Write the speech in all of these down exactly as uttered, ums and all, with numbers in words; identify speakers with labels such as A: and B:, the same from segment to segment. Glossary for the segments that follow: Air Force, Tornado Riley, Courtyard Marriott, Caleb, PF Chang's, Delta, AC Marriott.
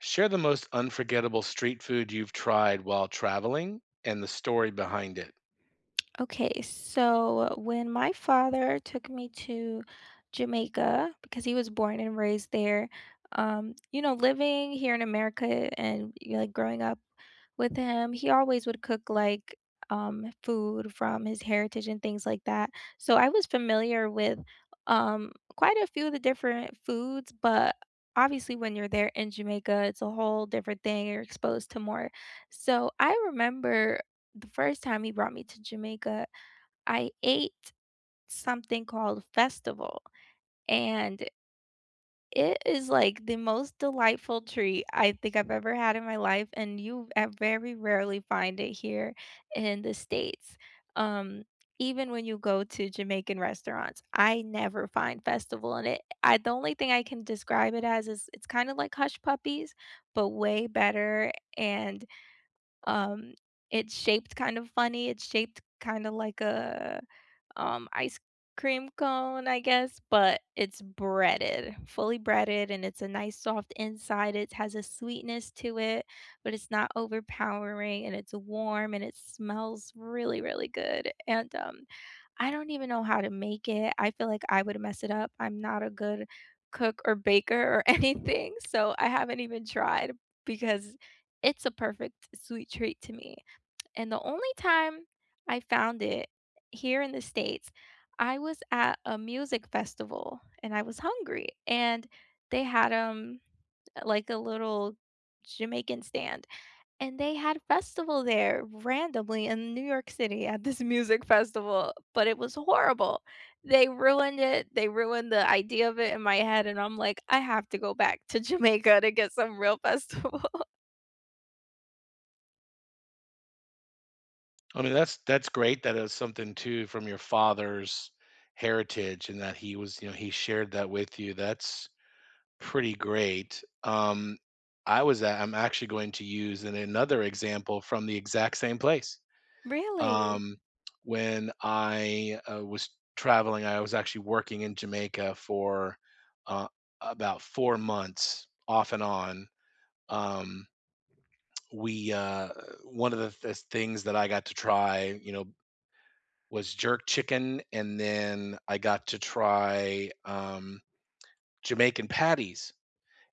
A: Share the most unforgettable street food you've tried while traveling and the story behind it.
B: Okay, so when my father took me to Jamaica, because he was born and raised there, um, you know, living here in America and you know, like growing up with him, he always would cook like um, food from his heritage and things like that. So I was familiar with um, quite a few of the different foods, but obviously when you're there in Jamaica, it's a whole different thing. You're exposed to more. So I remember the first time he brought me to Jamaica, I ate something called festival, and it is like the most delightful treat I think I've ever had in my life, and you uh, very rarely find it here in the States. Um, Even when you go to Jamaican restaurants, I never find festival in it. I the only thing I can describe it as is it's kind of like hush puppies, but way better and um, it's shaped kind of funny. It's shaped kind of like a, um, ice cream cone, I guess, but it's breaded, fully breaded, and it's a nice soft inside. It has a sweetness to it, but it's not overpowering, and it's warm, and it smells really, really good. And um, I don't even know how to make it. I feel like I would mess it up. I'm not a good cook or baker or anything, so I haven't even tried because it's a perfect sweet treat to me. And the only time I found it here in the States, I was at a music festival and I was hungry and they had um like a little Jamaican stand and they had festival there randomly in New York City at this music festival, but it was horrible. They ruined it. They ruined the idea of it in my head, and I'm like, "I have to go back to Jamaica to get some real festival."
A: I mean, that's that's great that is something too from your father's heritage and that he was, you know, he shared that with you. That's pretty great. Um I was at, I'm actually going to use an, another example from the exact same place.
B: Really?
A: Um when I uh, was traveling, I was actually working in Jamaica for uh, about four months off and on um we uh one of the th- things that I got to try, you know, was jerk chicken, and then I got to try um Jamaican patties.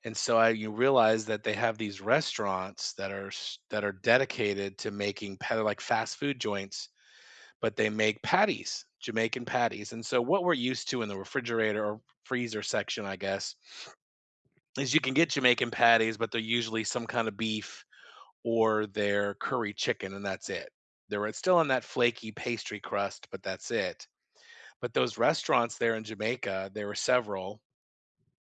A: And so I you realize that they have these restaurants that are s- that are dedicated to making pat- like fast food joints, but they make patties, Jamaican patties. And so what we're used to in the refrigerator or freezer section, I guess, is you can get Jamaican patties, but they're usually some kind of beef or their curry chicken, and that's it. They're still in that flaky pastry crust, but that's it. But those restaurants there in Jamaica, there were several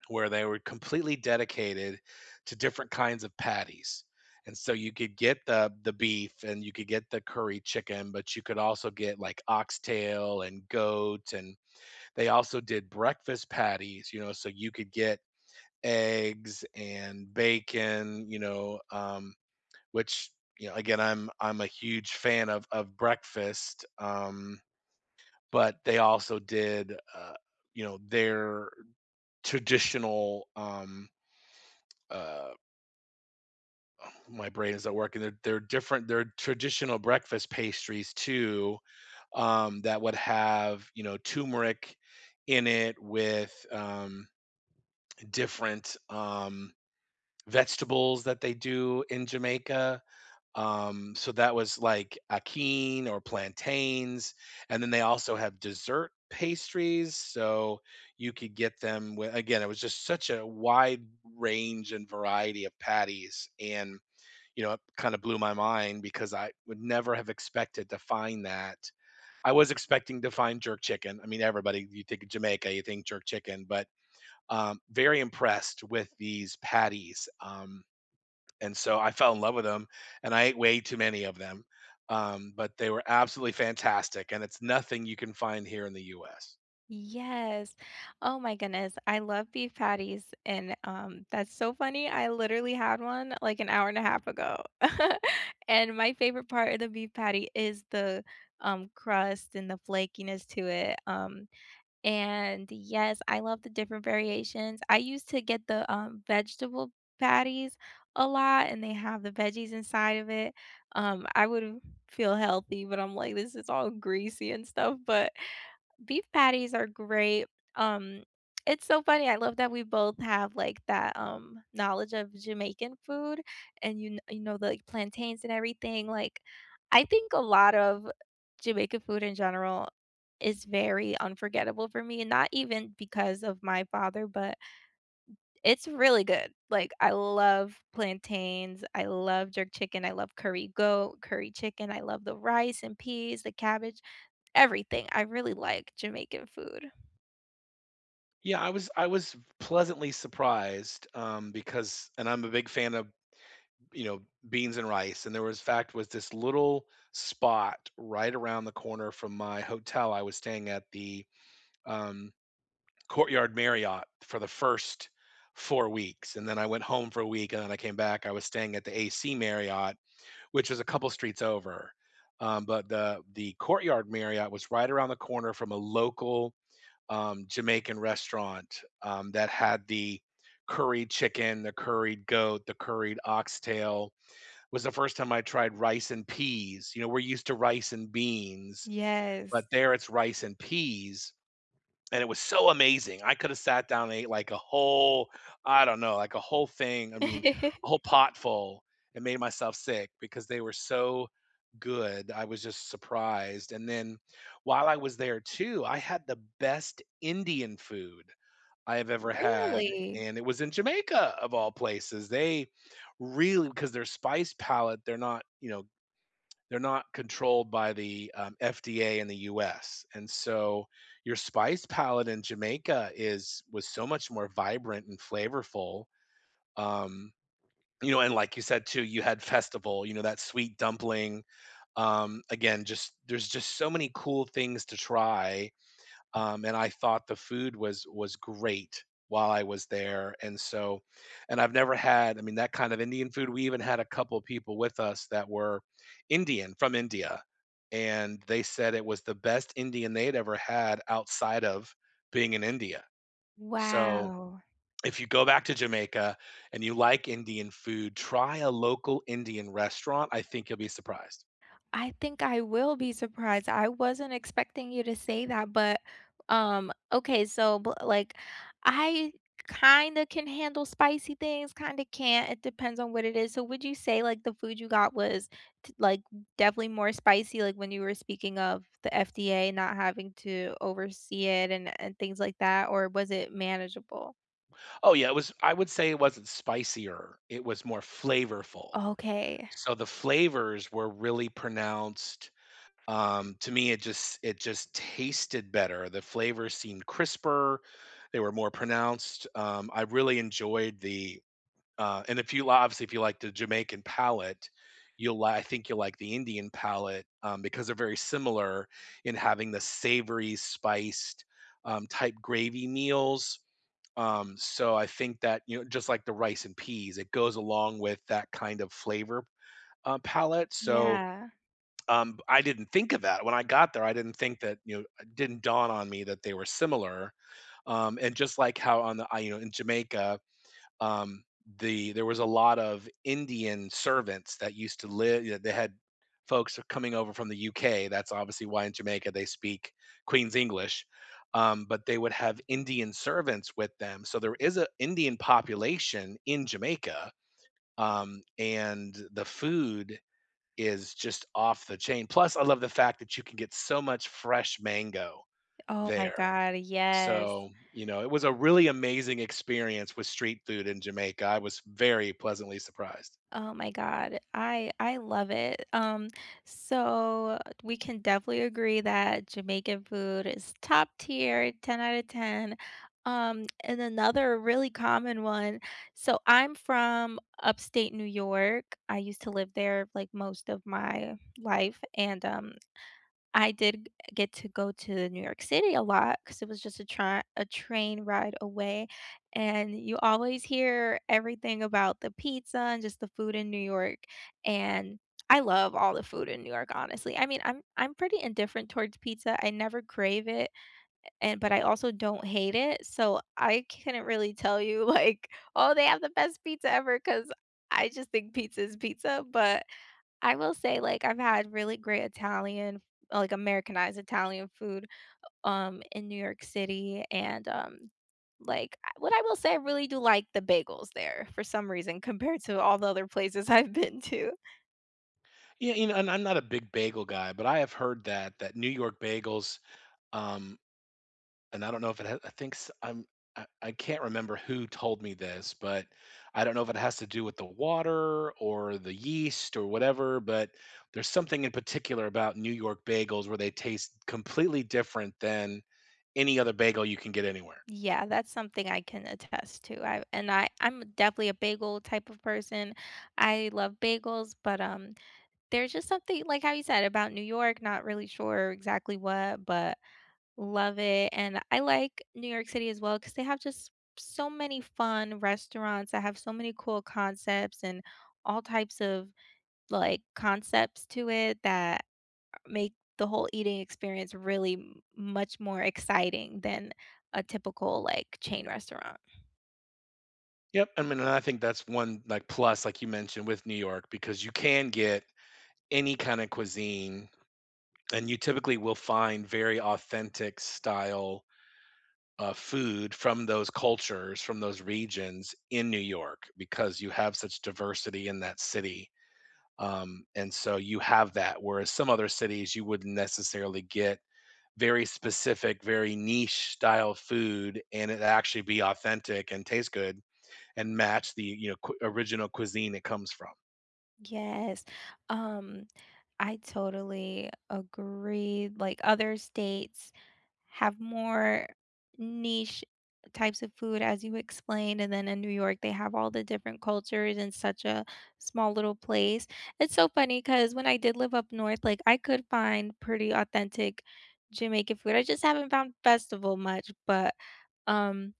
A: where they were completely dedicated to different kinds of patties. And so you could get the the beef and you could get the curry chicken, but you could also get, like, oxtail and goat, and they also did breakfast patties, you know, so you could get eggs and bacon, you know, um which, you know, again, I'm I'm a huge fan of of breakfast, um, but they also did, uh, you know, their traditional, um, uh, my brain is not working. They're, they're different. They're traditional breakfast pastries too, um, that would have, you know, turmeric in it with um, different um, vegetables that they do in Jamaica. Um, so that was like akin or plantains, and then they also have dessert pastries. So you could get them with, again, it was just such a wide range and variety of patties, and you know, it kind of blew my mind because I would never have expected to find that. I was expecting to find jerk chicken. I mean, everybody, you think of Jamaica, you think jerk chicken, but um, very impressed with these patties. Um, and so I fell in love with them, and I ate way too many of them, um, but they were absolutely fantastic, and it's nothing you can find here in the U S.
B: Yes. Oh my goodness. I love beef patties, and, um, that's so funny. I literally had one, like, an hour and a half ago. And my favorite part of the beef patty is the, um, crust and the flakiness to it, um And yes, I love the different variations. I used to get the, um, vegetable patties a lot, and they have the veggies inside of it. Um, I would feel healthy, but I'm like, "This is all greasy and stuff," but beef patties are great. Um, it's so funny. I love that we both have like that um knowledge of Jamaican food and you kn- you know the like, plantains and everything. Like I think a lot of Jamaican food in general is very unforgettable for me, and not even because of my father, but it's really good. Like I love plantains, I love jerk chicken, I love curry goat, curry chicken, I love the rice and peas, the cabbage everything. I really like Jamaican food.
A: Yeah, I was I was pleasantly surprised, um, because and I'm a big fan of, you know, beans and rice, and there was fact was this little spot right around the corner from my hotel I was staying at the, um, Courtyard Marriott for the first four weeks, and then I went home for a week, and then I came back, I was staying at the A C Marriott, which was a couple streets over. Um, but the the Courtyard Marriott was right around the corner from a local um, Jamaican restaurant um, that had the curried chicken, the curried goat, the curried oxtail. It was the first time I tried rice and peas. You know, we're used to rice and beans,
B: Yes.
A: but there it's rice and peas. And it was so amazing. I coulda sat down and ate, like, a whole, I don't know, like, a whole thing, I mean, a whole pot full and made myself sick because they were so good. I was just surprised, and then while I was there too, I had the best Indian food I have ever had,
B: Really?
A: and it was in Jamaica, of all places. They really, because their spice palette, they're not, you know, they're not controlled by the um, F D A in the U S. And so your spice palette in Jamaica is was so much more vibrant and flavorful. Um, you know, and like you said too, you had festival. You know, that sweet dumpling. Um, again, just there's just so many cool things to try, um, and I thought the food was was great while I was there, and so, and I've never had, I mean, that kind of Indian food. We even had a couple of people with us that were Indian from India, and they said it was the best Indian they'd ever had outside of being in India. So
B: Wow.
A: if you go back to Jamaica and you like Indian food, try a local Indian restaurant. I think you'll be surprised.
B: I think I will be surprised. I wasn't expecting you to say that, but um okay, so bl- like I kind of can handle spicy things, kind of can't. It depends on what it is. So would you say like the food you got was t- like definitely more spicy like when you were speaking of the F D A not having to oversee it and and things like that or was it manageable?
A: Oh yeah, it was. I would say it wasn't spicier. It was more flavorful.
B: Okay.
A: So the flavors were really pronounced. Um, to me, it just it just tasted better. The flavors seemed crisper. They were more pronounced. Um, I really enjoyed the uh, and if you li- obviously if you like the Jamaican palate, you'll li- I think you'll like the Indian palate, um, because they're very similar in having the savory spiced um, type gravy meals. Um, so I think that, you know, just like the rice and peas, it goes along with that kind of flavor, uh, palette. So
B: Yeah.
A: um, I didn't think of that when I got there. I didn't think that, you know, it didn't dawn on me that they were similar. Um, and just like how on the I- you know, in Jamaica. Um, the there was a lot of Indian servants that used to live. You know, they had folks coming over from the U K. That's obviously why in Jamaica they speak Queen's English. Um, but they would have Indian servants with them. So there is an Indian population in Jamaica. Um, and the food is just off the chain. Plus, I love the fact that you can get so much fresh mango
B: Oh my
A: there.
B: god, yes.
A: So, you know, it was a really amazing experience with street food in Jamaica. I was very pleasantly surprised.
B: Oh my god. I I love it. Um, so we can definitely agree that Jamaican food is top tier, ten out of ten. Um, and another really common one. So I'm from upstate New York. I used to live there like most of my life and um I did get to go to New York City a lot because it was just a try a train ride away, and you always hear everything about the pizza and just the food in New York, and I love all the food in New York, honestly. I mean, I'm I'm pretty indifferent towards pizza. I never crave it, and but I also don't hate it, so I couldn't really tell you, like, "Oh, they have the best pizza ever, because I just think pizza is pizza, but I will say, like, I've had really great Italian like, Americanized Italian food, um, in New York City, and, um, like, I what I will say, I really do like the bagels there for some reason compared to all the other places I've been to.
A: Yeah, you know, and I'm not a big bagel guy, but I have heard that that New York bagels, um, and I don't know if it ha I think s I'm I I can't remember who told me this, but I don't know if it has to do with the water or the yeast or whatever, but there's something in particular about New York bagels where they taste completely different than any other bagel you can get anywhere.
B: Yeah, that's something I can attest to. I and I I'm definitely a bagel type of person. I love bagels, but, um, there's just something, like how you said, about New York, not really sure exactly what, but love it, and I like New York City as well because they have just so many fun restaurants that have so many cool concepts and all types of, like, concepts to it that make the whole eating experience really m much more exciting than a typical, like, chain restaurant.
A: Yep, I mean, and I think that's one, like, plus, like you mentioned, with New York because you can get any kinda cuisine, and you typically will find very authentic style uh, food from those cultures, from those regions in New York because you have such diversity in that city. Um, and so you have that, whereas some other cities you wouldn't necessarily get very specific, very niche style food, and it actually be authentic and taste good and match the, you know, cu- original cuisine it comes from.
B: Yes, um I totally agree. Like other states have more niche types of food, as you explained. And then in New York, they have all the different cultures in such a small little place. It's so funny because when I did live up north, like I could find pretty authentic Jamaican food. I just haven't found festival much, but um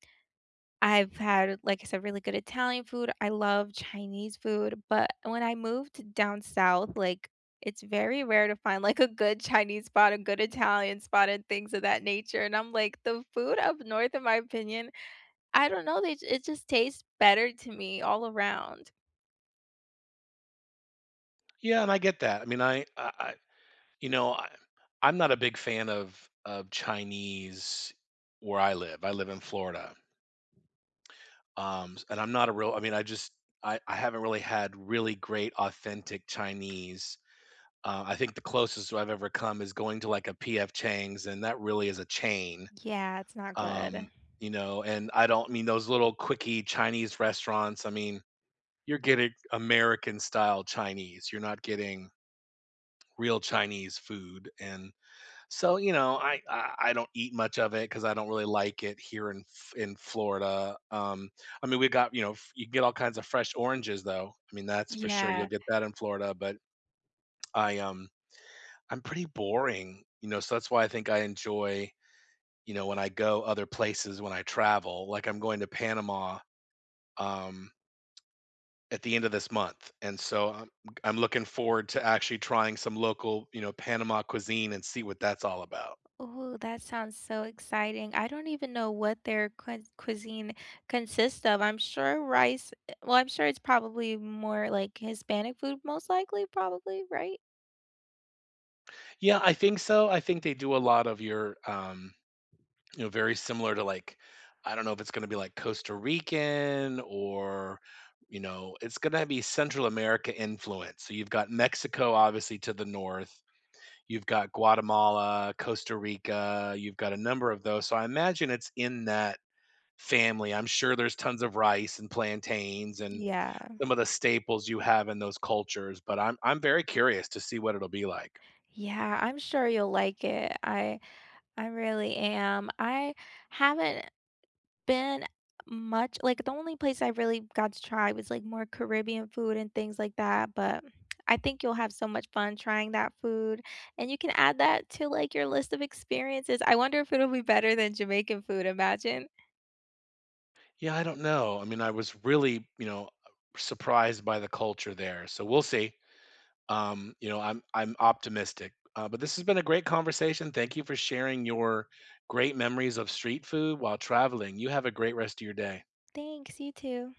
B: I've had, like I said, really good Italian food. I love Chinese food, but when I moved down south, like, it's very rare to find, like, a good Chinese spot, a good Italian spot, and things of that nature, and I'm like, the food up north, in my opinion, I don't know, they it just tastes better to me all around.
A: Yeah, and I get that. I mean, I, I, I you know, I, I'm not a big fan of of Chinese where I live. I live in Florida, um and I'm not a real I mean I just i i haven't really had really great authentic Chinese, uh, I think the closest I've ever come is going to like a PF Chang's, and that really is a chain.
B: Yeah, it's not good.
A: um you know, and I don't, I mean, those little quickie Chinese restaurants, I mean, you're getting American style Chinese, you're not getting real Chinese food. And so, you know, I I, I don't eat much of it because I don't really like it here in F- in Florida. Um, I mean, we got, you know, f- you can get all kinds of fresh oranges, though. I mean, that's for sure. You'll
B: Yeah.
A: get that in Florida. But I um I'm pretty boring, you know. So that's why I think I enjoy, you know, when I go other places, when I travel. Like I'm going to Panama um at the end of this month, and so I'm I'm looking forward to actually trying some local, you know, Panama cuisine and see what that's all about.
B: Oh, that sounds so exciting. I don't even know what their cui cuisine consists of. I'm sure rice eh, well, I'm sure it's probably more like Hispanic food most likely, probably, right?
A: Yeah, I think so. I think they do a lot of your, um, you know, very similar to like, I don't know if it's going to be like Costa Rican or, you know, it's going to be Central America influence. So you've got Mexico, obviously, to the north. You've got Guatemala, Costa Rica. You've got a number of those. So I imagine it's in that family. I'm sure there's tons of rice and plantains and
B: Yeah.
A: some of the staples you have in those cultures. But I'm I'm very curious to see what it'll be like.
B: Yeah, I'm sure you'll like it. I I really am. I haven't been much like the only place I really got to try was like more Caribbean food and things like that, but I think you'll have so much fun trying that food, and you can add that to like your list of experiences. I wonder if it'll be better than Jamaican food, imagine.
A: Yeah, I don't know. I mean, I was really, you know, surprised by the culture there. So we'll see. Um, you know, I'm I'm optimistic. Uh, but this has been a great conversation. Thank you for sharing your great memories of street food while traveling. You have a great rest of your day.
B: Thanks, you too.